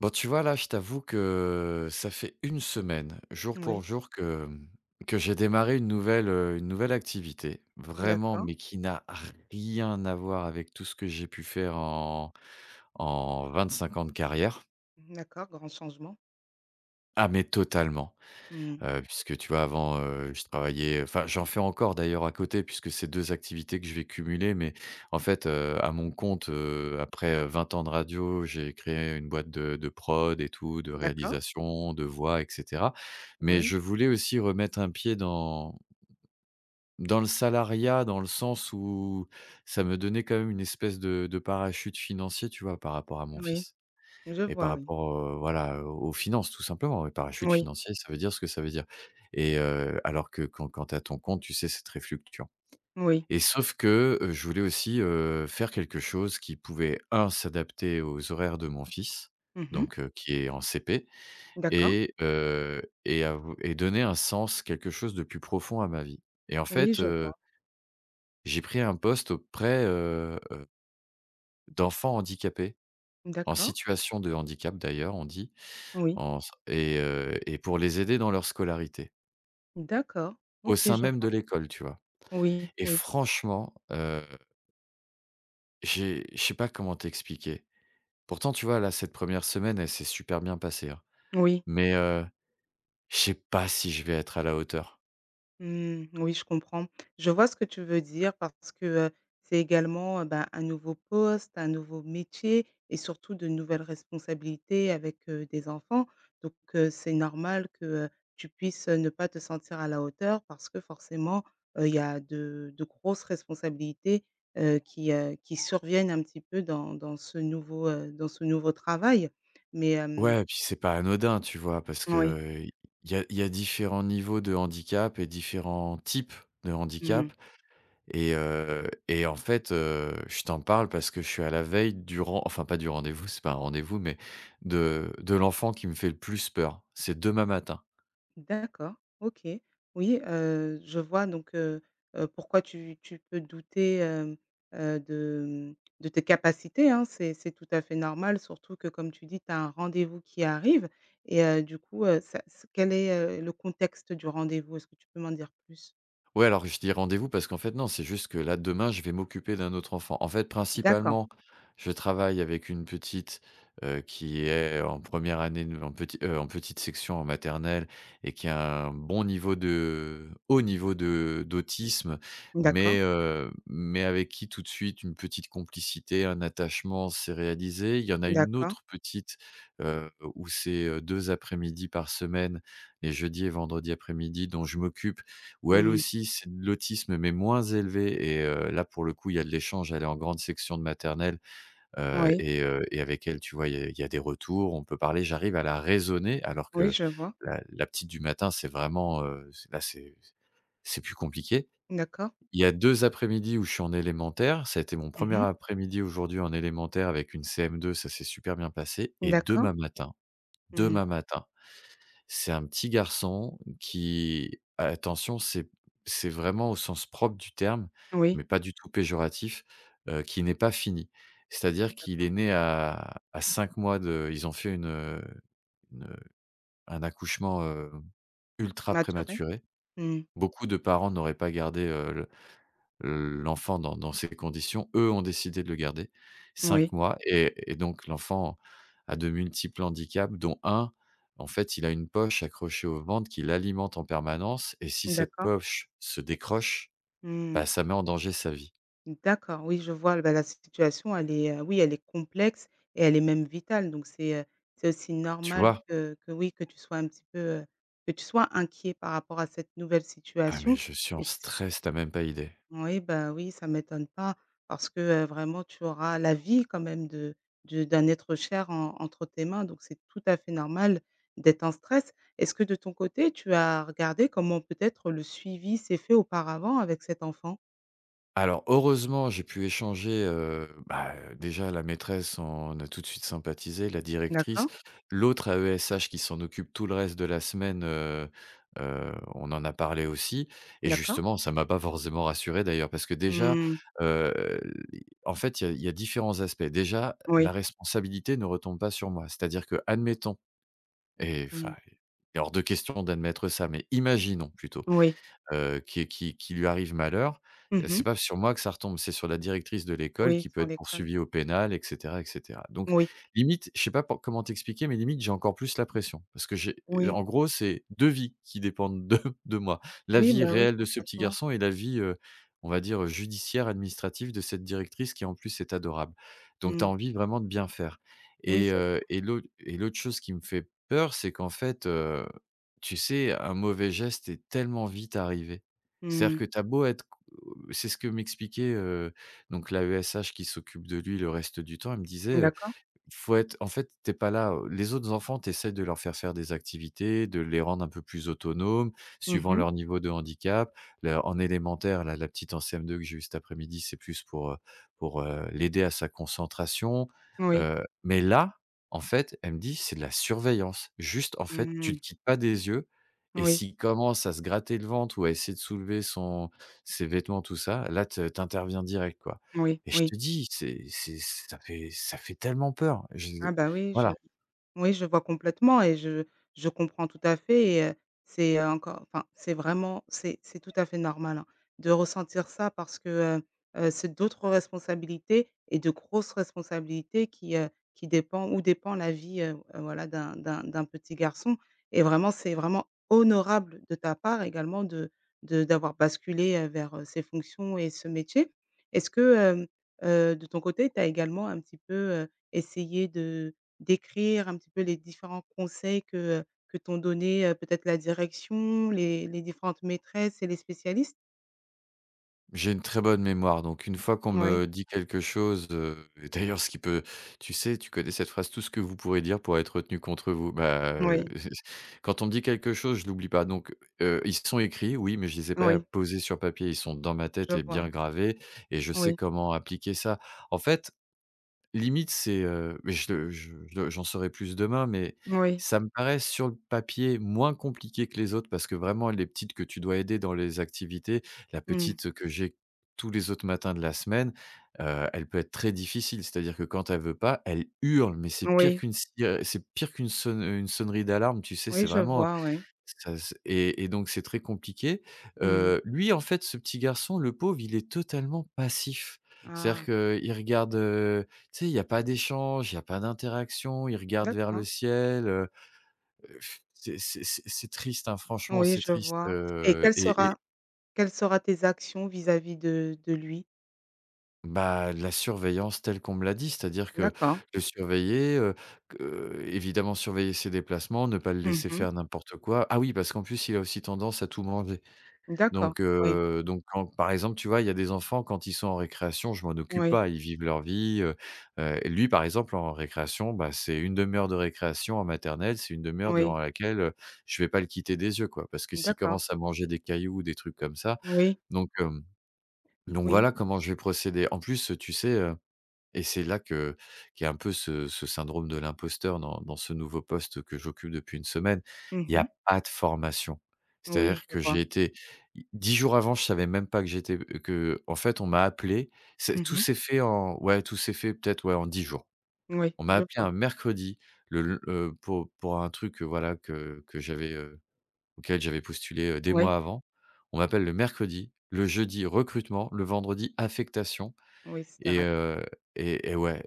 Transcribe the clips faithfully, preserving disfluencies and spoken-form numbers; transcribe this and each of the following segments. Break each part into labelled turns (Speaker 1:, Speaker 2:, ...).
Speaker 1: Bon, tu vois, là, je t'avoue que ça fait une semaine, jour pour
Speaker 2: Oui,
Speaker 1: jour, que, mmh, que j'ai démarré une nouvelle, heu, une nouvelle activité. Vraiment,
Speaker 2: d'accord,
Speaker 1: mais qui n'a rien à voir avec tout ce que j'ai pu faire en en vingt-cinq ans de carrière.
Speaker 2: d'accord, grand changement.
Speaker 1: Ah mais totalement.
Speaker 2: Mmh.
Speaker 1: Heu, puisque tu vois avant, heu, je travaillais, enfin j'en fais encore d'ailleurs à côté puisque c'est deux activités que je vais cumuler, mais en fait, heu, à mon compte, heu, après, heu, vingt ans de radio, j'ai créé une boîte de de prod et tout, de
Speaker 2: D'accord,
Speaker 1: réalisation, de voix et cetera. Mais
Speaker 2: oui,
Speaker 1: je voulais aussi remettre un pied dans dans le salariat, dans le sens où ça me donnait quand même une espèce de de parachute financier, tu vois, par rapport à mon
Speaker 2: oui,
Speaker 1: fils,
Speaker 2: je
Speaker 1: et par
Speaker 2: vois, oui.
Speaker 1: rapport, heu, voilà, aux finances tout simplement. Et parachute
Speaker 2: Oui,
Speaker 1: financier, ça veut dire ce que ça veut dire. Et heu, alors que quand quand tu as ton compte, tu sais, c'est très fluctuant.
Speaker 2: oui.
Speaker 1: Et sauf que, heu, je voulais aussi, heu, faire quelque chose qui pouvait un s'adapter aux horaires de mon fils,
Speaker 2: Mmh.
Speaker 1: donc heu, qui est en C P,
Speaker 2: D'accord.
Speaker 1: et heu, et av et donner un sens, quelque chose de plus profond à ma vie. Et en
Speaker 2: Oui,
Speaker 1: fait,
Speaker 2: je
Speaker 1: heu,
Speaker 2: vois.
Speaker 1: j'ai pris un poste auprès, heu heu, d'enfants handicapés, en
Speaker 2: D'accord.
Speaker 1: situation de handicap d'ailleurs on dit.
Speaker 2: Oui.
Speaker 1: En s et heu et pour les aider dans leur scolarité,
Speaker 2: D'accord.
Speaker 1: au
Speaker 2: OK,
Speaker 1: sein
Speaker 2: je
Speaker 1: même de
Speaker 2: vois.
Speaker 1: l'école, tu vois?
Speaker 2: Oui,
Speaker 1: Et
Speaker 2: oui,
Speaker 1: franchement, heu, j'ai je sais pas comment t'expliquer. Pourtant, tu vois, là, cette première semaine, elle s'est super bien passée, hein,
Speaker 2: oui.
Speaker 1: mais heu, je sais pas si je vais être à la hauteur.
Speaker 2: Mmh, oui, je comprends. Je vois ce que tu veux dire parce que, heu, c'est également, heu, ben, un nouveau poste, un nouveau métier et surtout de nouvelles responsabilités avec, heu, des enfants. Donc, heu, c'est normal que, heu, tu puisses, heu, ne pas te sentir à la hauteur parce que forcément, heu, il y a de de grosses responsabilités, heu, qui, heu, qui surviennent un petit peu dans dans ce nouveau, heu, dans ce nouveau travail. Mais, hem
Speaker 1: Ouais, puis c'est pas anodin, tu vois? Parce
Speaker 2: oui.
Speaker 1: qu'il y a il y a différents niveaux de handicap et différents types de
Speaker 2: Mmh.
Speaker 1: handicap. Et heu et en fait, heu, je t'en parle parce que je suis à la veille du ren, enfin pas du rendez-vous, c'est pas un rendez-vous, mais de de l'enfant qui me fait le plus peur. C'est demain matin.
Speaker 2: D'accord, OK. Oui, heu, je vois donc, heu heu, pourquoi tu tu peux douter, hem, heu, de, mmh, de tes capacités, hein. C'est c'est tout à fait normal, surtout que comme tu dis, tu as un rendez-vous qui arrive et heu, du coup, heu, ça c quel est, heu, le contexte du rendez-vous? Est-ce que tu peux m'en dire plus?
Speaker 1: Ouais, alors je dis rendez-vous parce qu'en fait, non, c'est juste que là, demain, je vais m'occuper d'un autre enfant. En fait,
Speaker 2: D'accord,
Speaker 1: principalement, je travaille avec une petite, euh, qui est en première année, de- en, petit, euh, en petite section en maternelle, et qui a un bon niveau de, haut niveau de d'autisme,
Speaker 2: d'accord,
Speaker 1: mais, euh, mais avec qui tout de suite une petite complicité, un attachement s'est réalisé. Il y en a une
Speaker 2: d'accord.
Speaker 1: autre petite, euh, où c'est, euh, deux après-midi par semaine, les jeudis et vendredis après-midi, dont je m'occupe, où elle
Speaker 2: Mmh.
Speaker 1: aussi, c'est de l'autisme, mais moins élevé. Et heu, là, pour le coup, il y a de l'échange. Elle est en grande section de maternelle, heu
Speaker 2: Oui,
Speaker 1: et heu et avec elle, tu vois, il y a il y a des retours, on peut parler. J'arrive à la raisonner, alors
Speaker 2: oui,
Speaker 1: que
Speaker 2: je vois.
Speaker 1: la la petite du matin, c'est vraiment, heu, c'est là, c'est c'est plus compliqué.
Speaker 2: D'accord.
Speaker 1: Il y a deux après-midi où je suis en élémentaire. Ça a été mon premier
Speaker 2: Mmh
Speaker 1: après-midi aujourd'hui en élémentaire avec une C M deux, ça s'est super bien passé. Et
Speaker 2: D'accord.
Speaker 1: demain matin
Speaker 2: Mmh.
Speaker 1: demain matin c'est un petit garçon qui, attention, c'est c'est vraiment au sens propre du terme,
Speaker 2: Oui,
Speaker 1: mais pas du tout péjoratif, heu, qui n'est pas fini. C'est-à-dire qu'il est
Speaker 2: d'accord.
Speaker 1: né à à cinq mois, de ils ont fait une, heu, une, un accouchement, heu, ultra
Speaker 2: Prématuré?
Speaker 1: prématuré.
Speaker 2: Mmh.
Speaker 1: Beaucoup de parents n'auraient pas gardé, heu, le L'enfant dans dans ces conditions, eux ont décidé de le garder, cinq
Speaker 2: Oui,
Speaker 1: mois et et donc l'enfant a de multiples handicaps, dont un, en fait, il a une poche accrochée au ventre qui l'alimente en permanence, et si cette
Speaker 2: d'accord.
Speaker 1: poche se décroche,
Speaker 2: Mmh.
Speaker 1: bah, ça met en danger sa vie.
Speaker 2: D'accord, oui, je vois, bah, la situation, elle est, heu, oui, elle est complexe et elle est même vitale, donc c'est, heu, c'est aussi
Speaker 1: Tu
Speaker 2: normal
Speaker 1: vois?
Speaker 2: que que oui, que tu sois un petit peu, heu, que tu sois inquiet par rapport à cette nouvelle
Speaker 1: Ah mais
Speaker 2: situation
Speaker 1: je suis en
Speaker 2: et c
Speaker 1: stress, t'as même pas idée.
Speaker 2: oui, bah, oui, ça m'étonne pas parce que, heu, vraiment tu auras la vie quand même de de d'un être cher en entre tes mains, donc c'est tout à fait normal d'être en stress. Est-ce que de ton côté, tu as regardé comment peut-être le suivi s'est fait auparavant avec cet enfant?
Speaker 1: Alors heureusement, j'ai pu échanger, heu, bah, déjà la maîtresse, on a tout de suite sympathisé, la directrice.
Speaker 2: D'accord,
Speaker 1: L'autre A E S H qui s'en occupe tout le reste de la semaine, heu heu, on en a parlé aussi, et
Speaker 2: d'accord.
Speaker 1: justement, ça m'a pas forcément rassuré d'ailleurs, parce que déjà,
Speaker 2: Mmh.
Speaker 1: heu, en fait, il y a il y a différents aspects. Déjà, la
Speaker 2: Oui,
Speaker 1: responsabilité ne retombe pas sur moi. C'est-à-dire que, admettons, et enfin,
Speaker 2: mmh.
Speaker 1: il est hors de question d'admettre ça, mais imaginons plutôt,
Speaker 2: Oui.
Speaker 1: heu, qui qui qui lui arrive malheur, heu,
Speaker 2: Mmh mh.
Speaker 1: c'est pas sur moi que ça retombe, c'est sur la directrice de l'école
Speaker 2: Oui,
Speaker 1: qui peut
Speaker 2: sans
Speaker 1: être
Speaker 2: déconne.
Speaker 1: poursuivie au pénal et cetera et cetera. Donc
Speaker 2: Oui,
Speaker 1: limite, je sais pas pour comment t'expliquer, mais limite j'ai encore plus la pression, parce que j'ai, heu,
Speaker 2: oui.
Speaker 1: en gros, c'est deux vies qui dépendent de de moi. La
Speaker 2: Oui,
Speaker 1: vie
Speaker 2: bah, oui,
Speaker 1: réelle de ce petit
Speaker 2: complètement.
Speaker 1: garçon, et la vie, heu, on va dire, judiciaire, administrative de cette directrice, qui en plus est adorable. Donc tu
Speaker 2: Mmh.
Speaker 1: as envie vraiment de bien faire.
Speaker 2: Oui,
Speaker 1: et
Speaker 2: c'est
Speaker 1: heu
Speaker 2: sûr.
Speaker 1: et l'au et l'autre chose qui me fait peur, c'est qu'en fait, tu sais, un mauvais geste est tellement vite arrivé. C'est-à-dire
Speaker 2: Mmh.
Speaker 1: que tu as beau être, c'est ce que m'expliquait, heu, donc la qui s'occupe de lui le reste du temps, elle me disait, heu
Speaker 2: D'accord.
Speaker 1: faut être en fait, t'es pas là, les autres enfants, t'essaies de leur faire faire des activités, de les rendre un peu plus autonomes,
Speaker 2: Mmh
Speaker 1: suivant
Speaker 2: mh.
Speaker 1: leur niveau de handicap. Là, en élémentaire, là, la petite en C M deux que j'ai eue cet après-midi, c'est plus pour, heu pour, heu, l'aider à sa concentration,
Speaker 2: Oui.
Speaker 1: heu, mais là, en fait, elle me dit: «C'est de la surveillance». Juste, en fait, tu ne
Speaker 2: Mmh.
Speaker 1: quittes pas des yeux, et
Speaker 2: Oui,
Speaker 1: s'il commence à se gratter le ventre ou à essayer de soulever son ses vêtements, tout ça, là, te tu interviens direct, quoi.
Speaker 2: oui,
Speaker 1: Et je
Speaker 2: oui.
Speaker 1: te dis, c'est c'est ça fait ça fait tellement peur. J'ai
Speaker 2: Ah bah, oui. je
Speaker 1: Voilà,
Speaker 2: Oui, je vois complètement et je je comprends tout à fait et heu, c'est euh, encore enfin, c'est vraiment c'est c'est tout à fait normal, hein, de ressentir ça parce que, heu heu, c'est d'autres responsabilités et de grosses responsabilités qui, heu, qui dépend ou dépend la vie, heu heu, voilà, d'un d'un d'un petit garçon et vraiment, c'est vraiment honorable de ta part également de de d'avoir basculé, heu, vers, heu, ces fonctions et ce métier. Est-ce que, hem, heu, de ton côté, tu as également un petit peu, heu, essayé de d'écrire un petit peu les différents conseils que, que t'ont donné, heu, peut-être la direction, les les différentes maîtresses et les spécialistes?
Speaker 1: j'ai une très bonne mémoire, donc une fois qu'on
Speaker 2: Oui,
Speaker 1: me dit quelque chose, heu et d'ailleurs ce qui peut, tu sais, tu connais cette phrase: «Tout ce que vous pourrez dire pour être retenu contre vous». Bah, heu,
Speaker 2: oui,
Speaker 1: quand on me dit quelque chose, je l'oublie pas. Donc heu, ils sont écrits, oui, mais je les ai pas
Speaker 2: oui.
Speaker 1: posés sur papier, ils sont dans ma
Speaker 2: Je
Speaker 1: tête et
Speaker 2: vois.
Speaker 1: bien gravés, et je sais
Speaker 2: Oui,
Speaker 1: comment appliquer ça. En fait, limite, c'est, heu, mais je le je je le- j'en saurai plus demain, mais
Speaker 2: oui,
Speaker 1: ça me paraît sur le papier moins compliqué que les autres, parce que vraiment les petites que tu dois aider dans les activités, la
Speaker 2: mmh,
Speaker 1: petite que j'ai tous les autres matins de la semaine, heu, elle peut être très difficile. C'est-à-dire que quand elle veut pas, elle hurle, mais c'est pire
Speaker 2: oui,
Speaker 1: qu'une si c'est pire qu'une sonne une sonnerie d'alarme, tu sais?
Speaker 2: oui,
Speaker 1: C'est
Speaker 2: je
Speaker 1: vraiment
Speaker 2: vois, oui.
Speaker 1: ça s et et donc c'est très compliqué.
Speaker 2: Mmh.
Speaker 1: Heu, lui, en fait, ce petit garçon, le pauvre, il est totalement passif. C'est-à-dire
Speaker 2: Ah,
Speaker 1: qu'il regarde, heu, tu sais, il y a pas d'échange, il y a pas d'interaction, il regarde vers le
Speaker 2: d'accord.
Speaker 1: ciel, heu, c'est c'est c'est c'est triste, hein, franchement,
Speaker 2: Oui,
Speaker 1: c'est
Speaker 2: je
Speaker 1: triste.
Speaker 2: vois et
Speaker 1: heu
Speaker 2: quelle
Speaker 1: et
Speaker 2: sera
Speaker 1: et
Speaker 2: quelle sera tes actions vis-à-vis de de lui?
Speaker 1: bah, la surveillance, telle qu'on me l'a dit, c'est-à-dire que
Speaker 2: D'accord.
Speaker 1: le surveiller, heu, que euh, évidemment surveiller ses déplacements, ne pas le laisser
Speaker 2: Mmh.
Speaker 1: faire n'importe quoi. Ah oui, parce qu'en plus, il a aussi tendance à tout manger.
Speaker 2: D'accord,
Speaker 1: Donc
Speaker 2: oui,
Speaker 1: heu, donc quand par exemple, tu vois, il y a des enfants, quand ils sont en récréation, je m'en occupe
Speaker 2: oui,
Speaker 1: pas, ils vivent leur vie. Heu heu, et lui, par exemple, en récréation, bah, c'est une demi-heure de récréation en maternelle, c'est une demi-heure
Speaker 2: oui,
Speaker 1: durant laquelle, heu, je vais pas le quitter des yeux, quoi. Parce que s'il
Speaker 2: d'accord,
Speaker 1: commence à manger des cailloux ou des trucs comme ça,
Speaker 2: oui,
Speaker 1: donc hem, donc
Speaker 2: oui,
Speaker 1: voilà comment je vais procéder. En plus, tu sais, et c'est là que qu'il y a un peu ce ce syndrome de l'imposteur dans dans ce nouveau poste que j'occupe depuis une semaine. Il y
Speaker 2: mhm,
Speaker 1: a pas de formation.
Speaker 2: oui,
Speaker 1: C'est-à-dire
Speaker 2: je
Speaker 1: que
Speaker 2: vois,
Speaker 1: j'ai été dix jours avant, je savais même pas que j'étais que en fait, on m'a appelé. C'est tout
Speaker 2: mhm,
Speaker 1: s'est fait en Ouais, tout s'est fait peut-être, ouais, en dix jours.
Speaker 2: oui,
Speaker 1: On m'a
Speaker 2: je
Speaker 1: appelé
Speaker 2: vois,
Speaker 1: un mercredi, le l heu, pour pour un truc, heu, voilà, que que j'avais, heu, auquel j'avais postulé, heu, des
Speaker 2: oui.
Speaker 1: mois avant. On m'appelle le mercredi, le jeudi recrutement, le vendredi affectation,
Speaker 2: Oui, c'était
Speaker 1: et
Speaker 2: rapide.
Speaker 1: heu et et ouais,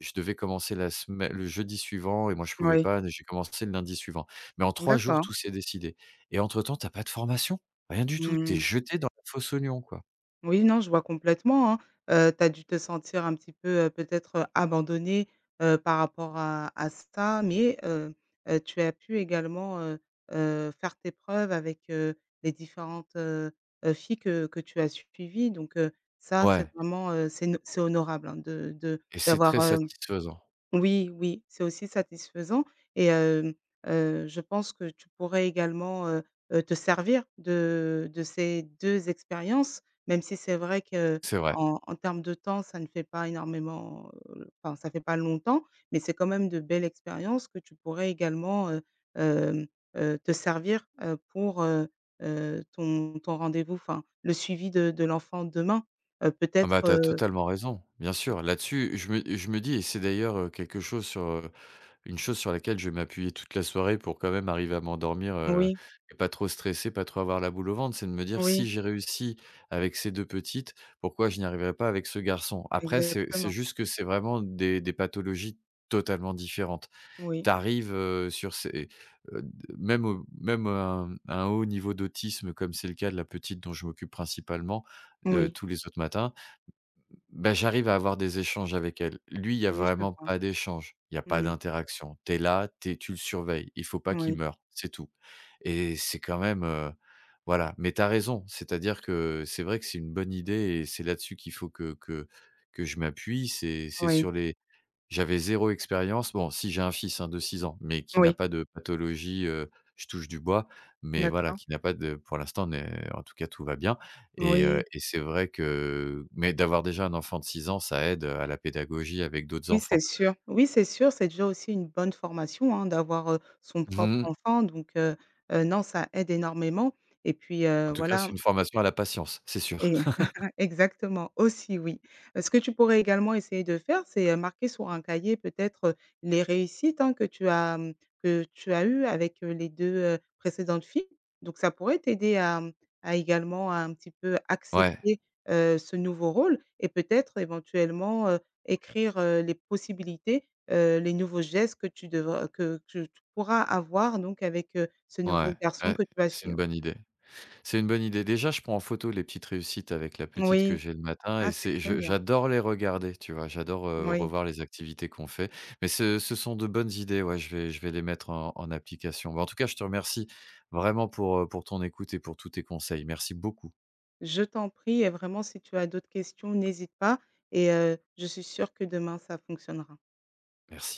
Speaker 1: je devais commencer la semaine, le jeudi suivant, et moi je pouvais
Speaker 2: Oui,
Speaker 1: pas, j'ai commencé le lundi suivant. Mais en trois jours,
Speaker 2: d'accord.
Speaker 1: tout s'est décidé. Et entre temps, tu as pas de formation, rien du tout, tu es
Speaker 2: Mmh.
Speaker 1: jeté dans la fosse aux lions, quoi.
Speaker 2: Oui, non, je vois complètement, hein. Heu, tu as dû te sentir un petit peu, heu, peut-être, heu, abandonnée, heu, par rapport à à ça, mais heu heu, tu as pu également, heu heu, faire tes preuves avec, heu, les différentes, heu heu, filles que que tu as suivies donc heu, ça, c'est
Speaker 1: Ouais,
Speaker 2: vraiment, heu, c'est no c'est honorable, hein, de de
Speaker 1: et c'est
Speaker 2: d'avoir,
Speaker 1: très satisfaisant.
Speaker 2: Oui, oui, c'est aussi satisfaisant et hem, heu, je pense que tu pourrais également, heu heu, te servir de de ces deux expériences, même si c'est vrai que
Speaker 1: C'est vrai.
Speaker 2: en en termes de temps, ça ne fait pas énormément, heu, enfin, ça fait pas longtemps, mais c'est quand même de belles expériences que tu pourrais également, heu, hem, heu, te servir, heu, pour, heu heu, ton ton rendez-vous, enfin, le suivi de de l'enfant demain. Heu,
Speaker 1: Ah bah,
Speaker 2: peut-être,
Speaker 1: tu as
Speaker 2: heu
Speaker 1: totalement raison, bien sûr. Là-dessus, je me je me dis, et c'est d'ailleurs, heu, quelque chose sur, heu Une chose sur laquelle je vais m'appuyer toute la soirée pour quand même arriver à m'endormir, heu
Speaker 2: oui,
Speaker 1: et pas trop stresser, pas trop avoir la boule au ventre, c'est de me dire: «Si
Speaker 2: oui,
Speaker 1: j'ai réussi avec ces deux petites, pourquoi je n'y arriverai pas avec ce garçon?» Après c'est c'est
Speaker 2: exactement.
Speaker 1: juste que c'est vraiment des des pathologies totalement différentes. Tu
Speaker 2: Oui,
Speaker 1: arrives, euh, sur ces heu, d même au même un un haut niveau d'autisme, comme c'est le cas de la petite dont je m'occupe principalement, de
Speaker 2: oui.
Speaker 1: tous les autres matins. Bah, j'arrive à avoir des échanges avec elle. Lui, il y a
Speaker 2: Oui, je
Speaker 1: vraiment
Speaker 2: vois.
Speaker 1: pas d'échange, il y a pas
Speaker 2: Mmh.
Speaker 1: d'interaction. Tu es là, t'es, tu le surveilles. Il faut pas qu'il
Speaker 2: Oui,
Speaker 1: meure, c'est tout. Et c'est quand même, heu, voilà. Mais tu as raison, c'est-à-dire que c'est vrai que c'est une bonne idée, et c'est là-dessus qu'il faut que que que je m'appuie. C'est c'est
Speaker 2: oui,
Speaker 1: sur les j'avais zéro expérience. Bon, si, j'ai un fils, hein, de six ans, mais qui n'a
Speaker 2: oui,
Speaker 1: pas de pathologie, heu, je touche du bois, mais voilà,
Speaker 2: d'accord.
Speaker 1: qui n'a pas de pour l'instant n'est, en tout cas, tout va bien. et
Speaker 2: Oui,
Speaker 1: heu et c'est vrai que, mais d'avoir déjà un enfant de six ans, ça aide, à la pédagogie avec d'autres
Speaker 2: oui, c'est
Speaker 1: enfants.
Speaker 2: sûr. Oui, c'est sûr, c'est déjà aussi une bonne formation, hein, d'avoir, heu, son propre
Speaker 1: Mmh.
Speaker 2: enfant donc heu, heu, non, ça aide énormément et puis, heu,
Speaker 1: En tout cas, c'est
Speaker 2: voilà.
Speaker 1: une formation à la patience, c'est sûr.
Speaker 2: Et exactement, aussi oui. Heu, ce que tu pourrais également essayer de faire, c'est, heu, marquer sur un cahier peut-être, heu, les réussites, hein, que tu as, mmh, que tu as eues avec, heu, les deux heu, précédentes filles. Donc ça pourrait t'aider à, mmh, à également à un petit peu
Speaker 1: Ouais,
Speaker 2: accepter, heu, ce nouveau rôle et peut-être éventuellement, heu, écrire, heu, les possibilités, heu, les nouveaux gestes que tu devras que que tu pourras avoir donc avec, heu, ce nouveau
Speaker 1: ouais,
Speaker 2: garçon
Speaker 1: ouais,
Speaker 2: que tu vas
Speaker 1: c'est une
Speaker 2: suivre.
Speaker 1: bonne idée. C'est une bonne idée. Déjà, je prends en photo les petites réussites avec la petite que
Speaker 2: Oui.
Speaker 1: j'ai le matin, et
Speaker 2: Ah, c'est
Speaker 1: c'est
Speaker 2: très
Speaker 1: je
Speaker 2: bien.
Speaker 1: j'adore les regarder, tu vois? J'adore, heu,
Speaker 2: Oui.
Speaker 1: revoir les activités qu'on fait. Mais ce ce sont de bonnes idées, ouais, je vais je vais les mettre en en application. Bah, en tout cas, je te remercie vraiment pour, heu, pour ton écoute et pour tous tes conseils. Merci beaucoup.
Speaker 2: Je t'en prie et vraiment si tu as d'autres questions, n'hésite pas et heu, je suis sûre que demain ça fonctionnera.
Speaker 1: Merci.